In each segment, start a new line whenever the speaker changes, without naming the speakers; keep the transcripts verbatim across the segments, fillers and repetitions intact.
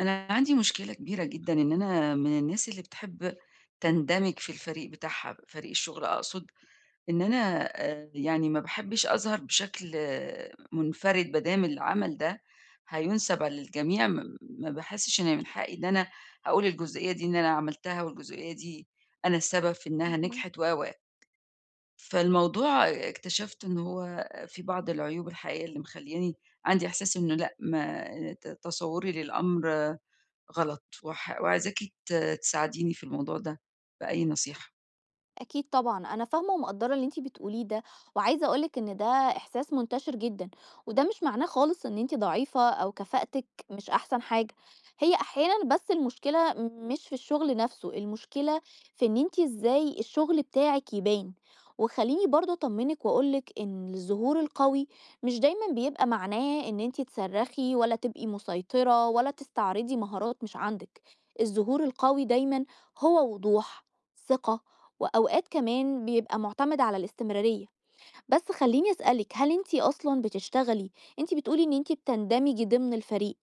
أنا عندي مشكلة كبيرة جدًا إن أنا من الناس اللي بتحب تندمج في الفريق بتاعها، فريق الشغل أقصد، إن أنا آآ يعني ما باحبش أظهر بشكل آه، منفرد ما دام العمل ده هيُنسَب على الجميع. م ما باحسش إن من حقي إن أنا أقول الجزئية دي إن أنا عملتها، والجزئية دي أنا السبب في إنها
فاهماكِ.
نجحت و، و. فالموضوع اكتشفت إن هو في بعض العيوب الحقيقية اللي مخلّياني عندي إحساس إنه لأ، ما ت تصوُّري للأمر غلط، وح وعايزاكِ ت تساعديني في الموضوع ده بأي نصيحة.
أكيد طبعًا، أنا فاهمة ومقدّرة اللي أنتِ بتقوليه ده، وعايزة أقول لِك إن ده إحساس منتشر جدًا، وده مش معناه خالص إن أنتِ ضعيفة أو كفاءتِك مش أحسن حاجة، هي أحيانًا بس المشكلة مش في الشغل نفسه، المشكلة في إن أنتِ إزاي الشغل بتاعِك يبان. وخلّيني برضه أطمنِك وأقول لِك إن الظهور القوي مش دايمًا بيبقى معناه إن أنتِ تصرّخي والّا تبقي مسيطرة والّا تستعرضي مهارات مش عندِك، الظهور القوي دايمًا هو وضوح، ثقة، وأوقات كمان بيبقى مُعتمد على الاستمرارية. بس خلّيني أسألِك، هل أنتِ أصلًا بتشتغلي؟ أنتِ بتقولي إن أنتِ بتندمجي ضمن الفريق،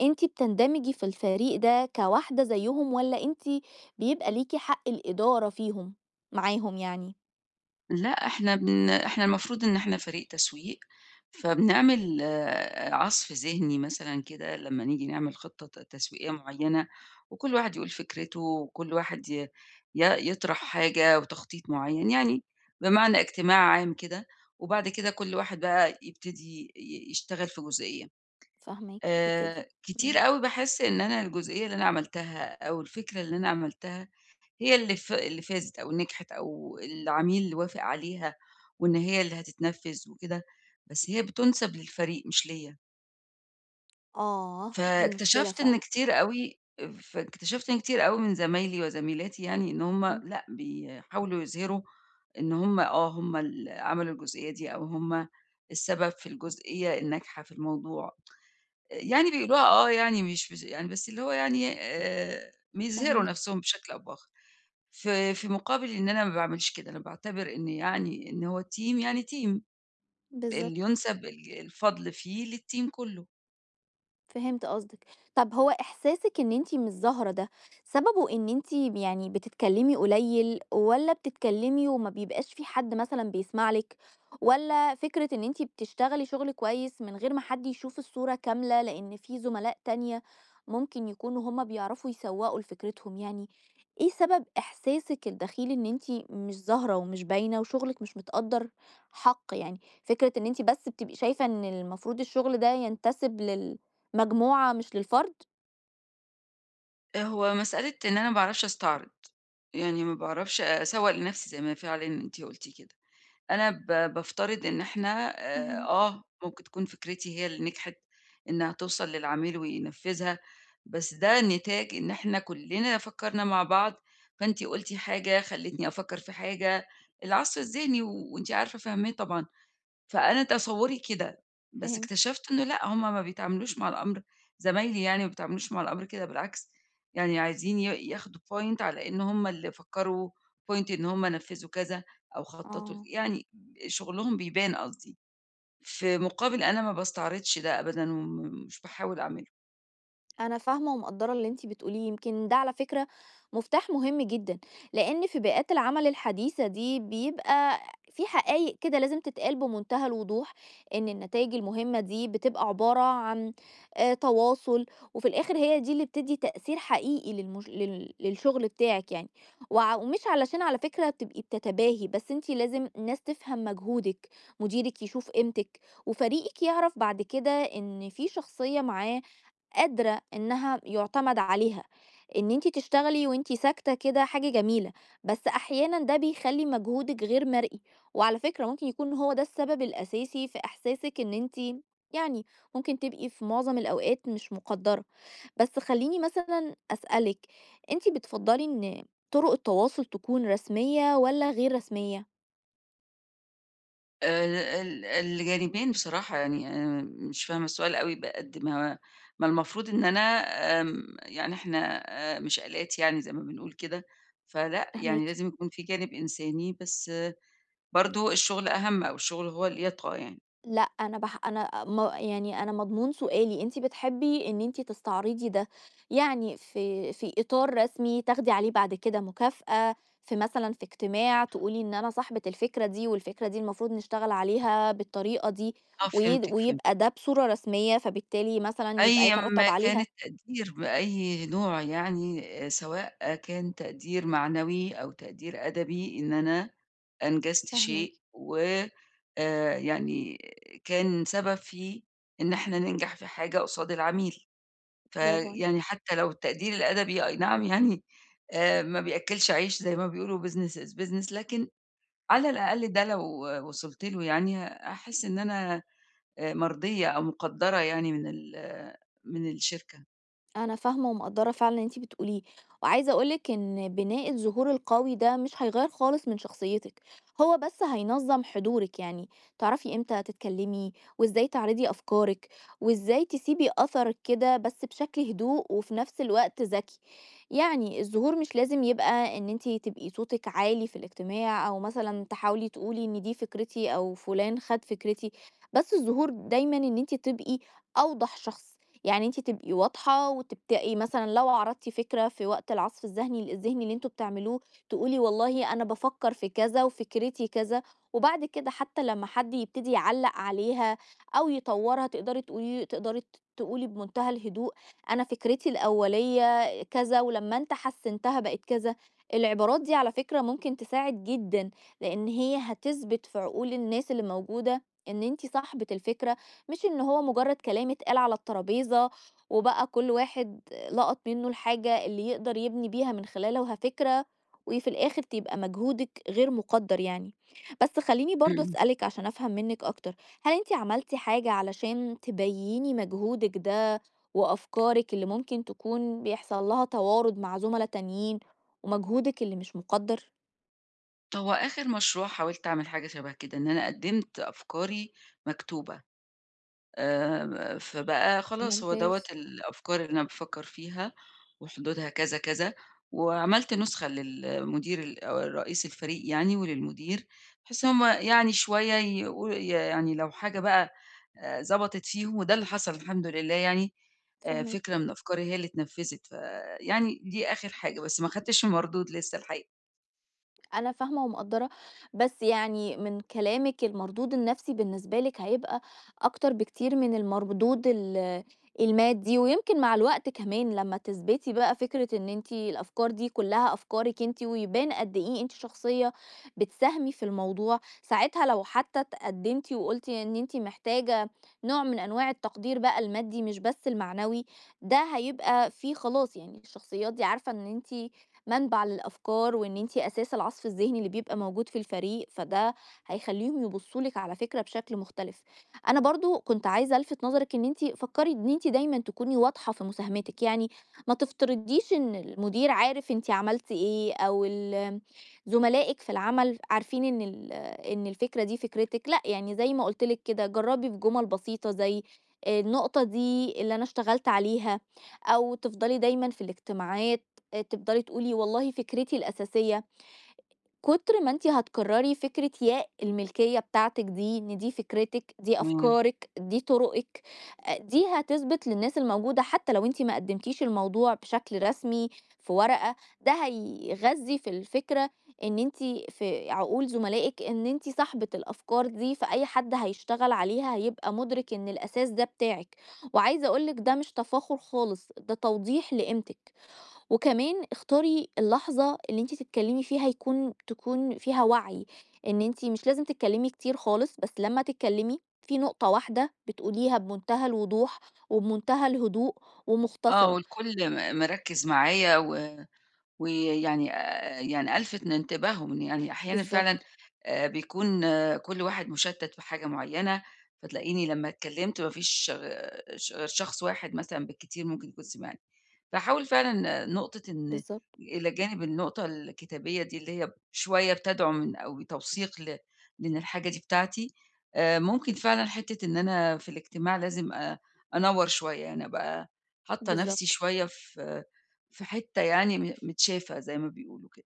أنتِ بتندمجي في الفريق ده كواحدة زيّهم، والّا أنتِ بيبقى ليكِ حق الإدارة فيهم معاهم يعني؟
لأ، إحنا بن إحنا المفروض إن إحنا فريق تسويق، فبنعمل آه، عَصْف ذهني مثلًا كده لمّا نيجي نعمل خطة ت تسويقية معيّنة، وكل واحد يقول فكرته، وكل واحد ي ي يطرح حاجة وتخطيط معيّن، يعني بمعنى اجتماع عام كده، وبعد كده كل واحد بقى يبتدي ي يشتغل في جزئية.
فاهماكِ،
آآ
يبتدي.
كتير
إمم.
أوي باحس إن أنا الجزئية اللي أنا عملتها أو الفكرة اللي أنا عملتها هي اللي ف اللي فازت أو نجحت أو العميل اللي وافق عليها، وإن هي اللي هتتنفّذ وكده، بس هي بتُنسَب للفريق مش ليّا.
آه، دي مشكلة
فاكتشفت إن
فعلًا.
كتير أوي فاكتشفت إن كتير أوي من زمايلي وزميلاتي يعني إن هُم
إمم،
لأ، بيحاولوا يظهروا إن هُم آه، هُم اللي عملوا الجزئية دي أو هُم السبب في الجزئية الناجحة في الموضوع. يعني بيقولوها آه، يعني مش بس يعني بس اللي هو يعني آآ بيظهروا
فاهماكِ،
نَفْسهم بشكل أو بآخر. في في مقابل إن أنا ما باعملش كده، أنا باعتبر إن يعني إن هو team يعني team
بالضبط.
اللي يُنسب ال الفضل فيه للteam كُلّه.
فهمت قصدِك. طب هو إحساسِك إن أنتِ مش ظاهرة ده، سببه إن أنتِ يعني بتتكلمي قليل، والّا بتتكلمي وما بيبقاش في حد مثلًا بيسمع لِك، والّا فكرة إن أنتِ بتشتغلي شغل كويس من غير ما حد يشوف الصورة كاملة، لإن في زملاء تانية ممكن يكونوا هم بيعرفوا يسوّقوا لفكرتهم يعني؟ إيه سبب إحساسِك الدخيل إن أنتِ مش ظاهرة ومش باينة وشغلِك مش متقدّر حق يعني؟ فكرة إن أنتِ بس بتبقي شايفة إن المفروض الشغل ده ينتسب لل مجموعة مش للفرد؟
هو مسألة إن أنا ما باعرفش أستعرض، يعني ما باعرفش أسوّق لنَفْسي زي ما فعلًا أنتِ قُلتِ كده. أنا ب بافترض إن إحنا آآ
فهمت،
آه، ممكن تكون فكرتي هي اللي نجحت إنها توصل للعميل وينفذها، بس ده نتاج إن إحنا كلنا فكرنا مع بعض، فأنتِ قُلتِ حاجة خلّتني أفكر في حاجة، العصف الذهني وأنتِ عارفة فاهماه طبعًا. فأنا تصوُّري كده، بس
فهمتِك،
اكتشفت إنه لأ، هُم ما بيتعاملوش مع الأمر، زمايلي يعني ما بيتعاملوش مع الأمر كده، بالعكس يعني عايزين ي ياخدوا point على إن هُم اللي فكّروا، point إن هُم نفّذوا كذا أو خطّطوا ل
آه.
يعني شُغلهم بيبان قصدي، في مقابل أنا ما باستعرضش ده أبدًا وم مش باحاول أعمله.
أنا فاهمة ومقدّرة اللي أنتِ بتقوليه، يمكن ده على فكرة مفتاح مهم جدًا، لإن في بيئات العمل الحديثة دي بيبقى في حقايق كده لازم تتقال بمنتهى الوضوح، إن النتايج المهمة دي بتبقى عبارة عن آآ تواصل، وفي الآخر هي دي اللي بتدّي تأثير حقيقي للمش لل للشغل بتاعِك يعني. وع ومش علشان على فكرة تبقي بتتباهي، بس أنتِ لازم الناس تفهم مجهودِك، مديرِك يشوف قيمتِك، وفريقِك يعرف بعد كده إن في شخصية معاه قادرة إنها يُعتمد عليها. إن أنتِ تشتغلي وأنتِ ساكتة كده حاجة جميلة، بس أحيانًا ده بيخلّي مجهودِك غير مرئي، وعلى فكرة ممكن يكون هو ده السبب الأساسي في إحساسِك إن أنتِ يعني ممكن تبقي في معظم الأوقات مش مُقدّرة. بس خلّيني مثلًا أسألِك، أنتِ بتفضّلي إن طُرق التواصل تكون رسمية والّا غير رسمية؟
آآ ال الجانبين بصراحة، يعني أنا مش فاهمة السؤال أوي، بقد ما ما المفروض إن أنا آمم يعني إحنا آآ مش آلات يعني زي ما بنقول كده، فلأ، يعني
فاهماكِ.
لازم يكون في جانب إنساني، بس برضه الشغل أهم، أو الشغل هو اللي يطغى يعني.
لأ، أنا باح أنا م يعني أنا مضمون سؤالي، أنتِ بتحبي إن أنتِ تستعرضي ده، يعني في في إطار رسمي تاخدي عليه بعد كده مكافأة، في مثلًا في اجتماع تقولي إن أنا صاحبة الفكرة دي، والفكرة دي المفروض نشتغل عليها بالطريقة دي،
آه
وي
فهمتِك،
ويبقى
فهمتِك.
ده بصورة رسمية، فبالتالي مثلًا يبقى
أيًا ما
يترتب
كان
عليها.
التقدير بأي نوع يعني، آآ سواء كان تقدير معنوي أو تقدير أدبي، إن أنا أنجزت
فاهماكِ،
شيء، و آآ يعني كان سبب في إن إحنا ننجح في حاجة قصاد العميل،
برافو
فيعني
عليكِ.
حتى لو التقدير الأدبي، أي نعم يعني آآ ما بيأكّلش عيش زي ما بيقولوا business is business، لكن على الأقل ده لو وصلت له يعني هاحس إن أنا آآ مرضية أو مُقدّرة يعني من ال من الشركة.
أنا فاهمة ومقدّرة فعلًا اللي أنتِ بتقوليه، وعايزة أقول لِك إن بناء الظهور القوي ده مش هيغيّر خالص من شخصيتِك، هو بس هينظّم حضورِك، يعني تعرفي إمتى تتكلمي وإزاي تعرضي أفكارِك وإزاي تسيبي أثرِك كده، بس بشكل هدوء وفي نفس الوقت ذكي. يعني الظهور مش لازم يبقى إن أنتِ تبقي صوتِك عالي في الاجتماع أو مثلًا تحاولي تقولي إن دي فكرتي أو فلان خَد فكرتي، بس الظهور دايمًا إن أنتِ تبقي أوضح شخص. يعني أنتِ تبقي واضحة وتبدئي مثلًا لو عرضتِ فكرة في وقت العصف الذهني الذهني اللي أنتم بتعملوه، تقولي والله أنا بافكر في كذا وفكرتي كذا، وبعد كده حتى لمّا حد يبتدي يعلّق عليها أو يطوّرها تقدري تقولي تقدري ت تقولي بمنتهى الهدوء أنا فكرتي الأولية كذا ولمّا أنت حسّنتها بقت كذا. العبارات دي على فكرة ممكن تساعد جدًا، لإن هي هتثبت في عقول الناس اللي موجودة إن أنتِ صاحبة الفكرة، مش إن هو مجرد كلام اتقال على الترابيزة وبقى كل واحد لقط منه الحاجة اللي يقدر يبني بيها من خلالها فكرة، وفي الآخر تبقى مجهودك غير مقدر يعني. بس خليني برضو
إمم.
أسألك عشان أفهم منك أكتر، هل أنت عملتي حاجة علشان تبيني مجهودك ده وأفكارك اللي ممكن تكون بيحصل لها توارد مع زملاء تانيين ومجهودك اللي مش مقدر؟
هو آخر مشروع حاولت أعمل حاجة شبه كده، إن أنا قدّمت أفكاري مكتوبة. آآ فبقى خلاص هو دوّة
ممتاز.
الأفكار اللي أنا بافكّر فيها وحدودها كذا، كذا، وعملت نسخة للمدير ال أو رئيس الفريق يعني وللمدير، بحيث إن هُم يعني شوية يقو يعني لو حاجة بقى آآ ضبطت فيهم، وده اللي حصل الحمد لله يعني، آآ
فهمك.
فكرة من أفكاري هي اللي اتنفّذت، فيعني دي آخر حاجة، بس ما خدتش المردود لسه الحقيقة.
أنا فاهمة ومقدّرة، بس يعني من كلامِك المردود النفسي بالنسبة لِك هيبقى أكتر بكتير من المردود ال المادي، ويمكن مع الوقت كمان لمّا تثبتي بقى فكرة إن أنتِ الأفكار دي كلّها أفكارِك أنتِ، ويبان قد إيه أنتِ شخصية بتساهمي في الموضوع، ساعتها لو حتى اتقدمتِ وقُلتِ إن أنتِ محتاجة نوع من أنواع التقدير بقى المادي مش بس المعنوي، ده هيبقى في خلاص يعني الشخصيات دي عارفة إن أنتِ منبع للأفكار وإن أنتِ أساس العصف الذهني اللي بيبقى موجود في الفريق، فده هيخلّيهم يبُصّوا لِك على فكرة بشكل مختلف. أنا برضه كنت عايزة ألفت نظرِك إن أنتِ فكّري إن أنتِ دايمًا تكوني واضحة في مساهمتِك، يعني ما تفترضيش إن المدير عارف أنتِ عملتِ إيه أو ال زملائِك في العمل عارفين إن ال إن الفكرة دي فكرتِك، لأ، يعني زي ما قُلت لِك كده جرّبي بجُمل بسيطة زي النقطة دي اللي أنا اشتغلت عليها، أو تفضلي دايمًا في الاجتماعات آآ تفضلي تقولي والله فكرتي الأساسية، كتر ما أنتِ هتكرّري فكرة يا الملكية بتاعتِك دي، إن دي فكرتِك، دي
تمام.
أفكارِك، دي طرقِك، آآ دي هتثبت للناس الموجودة حتى لو أنتِ ما قدّمتيش الموضوع بشكل رسمي في ورقة، ده هيغذّي في الفكرة إن أنتِ في عقول زملائِك إن أنتِ صاحبة الأفكار دي، فأي حد هيشتغل عليها هيبقى مُدرِك إن الأساس ده بتاعِك. وعايزة أقول لِك ده مش تفاخُر خالص، ده توضيح لقيمتِك. وكمان اختاري اللحظة اللي أنتِ تتكلمي فيها، يكون تكون فيها وعي، إن أنتِ مش لازم تتكلمي كتير خالص، بس لمّا تتكلمي في نقطة واحدة بتقوليها بمنتهى الوضوح وبمنتهى الهدوء
آه،
ومختصرة.
والكل م مركّز معايا، و ويعني آآ يعني ألفت انتباههم، إن يعني أحيانًا فعلًا
بالضبط،
آآ بيكون آه، كل واحد مُشتّت في حاجة معيّنة، فتلاقيني لمّا اتكلّمت ما فيش غ ش غير شخص واحد مثلًا بالكتير ممكن يكون سمعني. باحاول فعلًا نقطة إن
بالضبط،
إلى جانب النقطة الكتابية دي اللي هي شوية بتدعم من أو توثيق ل لإن الحاجة دي بتاعتي، آآ ممكن فعلًا حتّة إن أنا في الاجتماع لازم أ أنوّر شوية، يعني أبقى حاطّة نَفْسي
بالضبط،
شوية في في حتّة يعني م متشافة زي ما بيقولوا كده.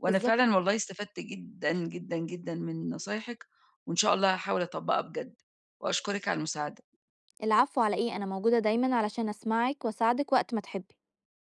وأنا فعلًا
بالضبط.
والله استفدت جدًا، جدًا، جدًا من نصايحِك، وإن شاء الله هاحاول أطبّقها بجد، وأشكرِك على المساعدة.
العفو على إيه؟ أنا موجودة دايمًا علشان أسمعِك وأساعدِك وقت ما تحبي.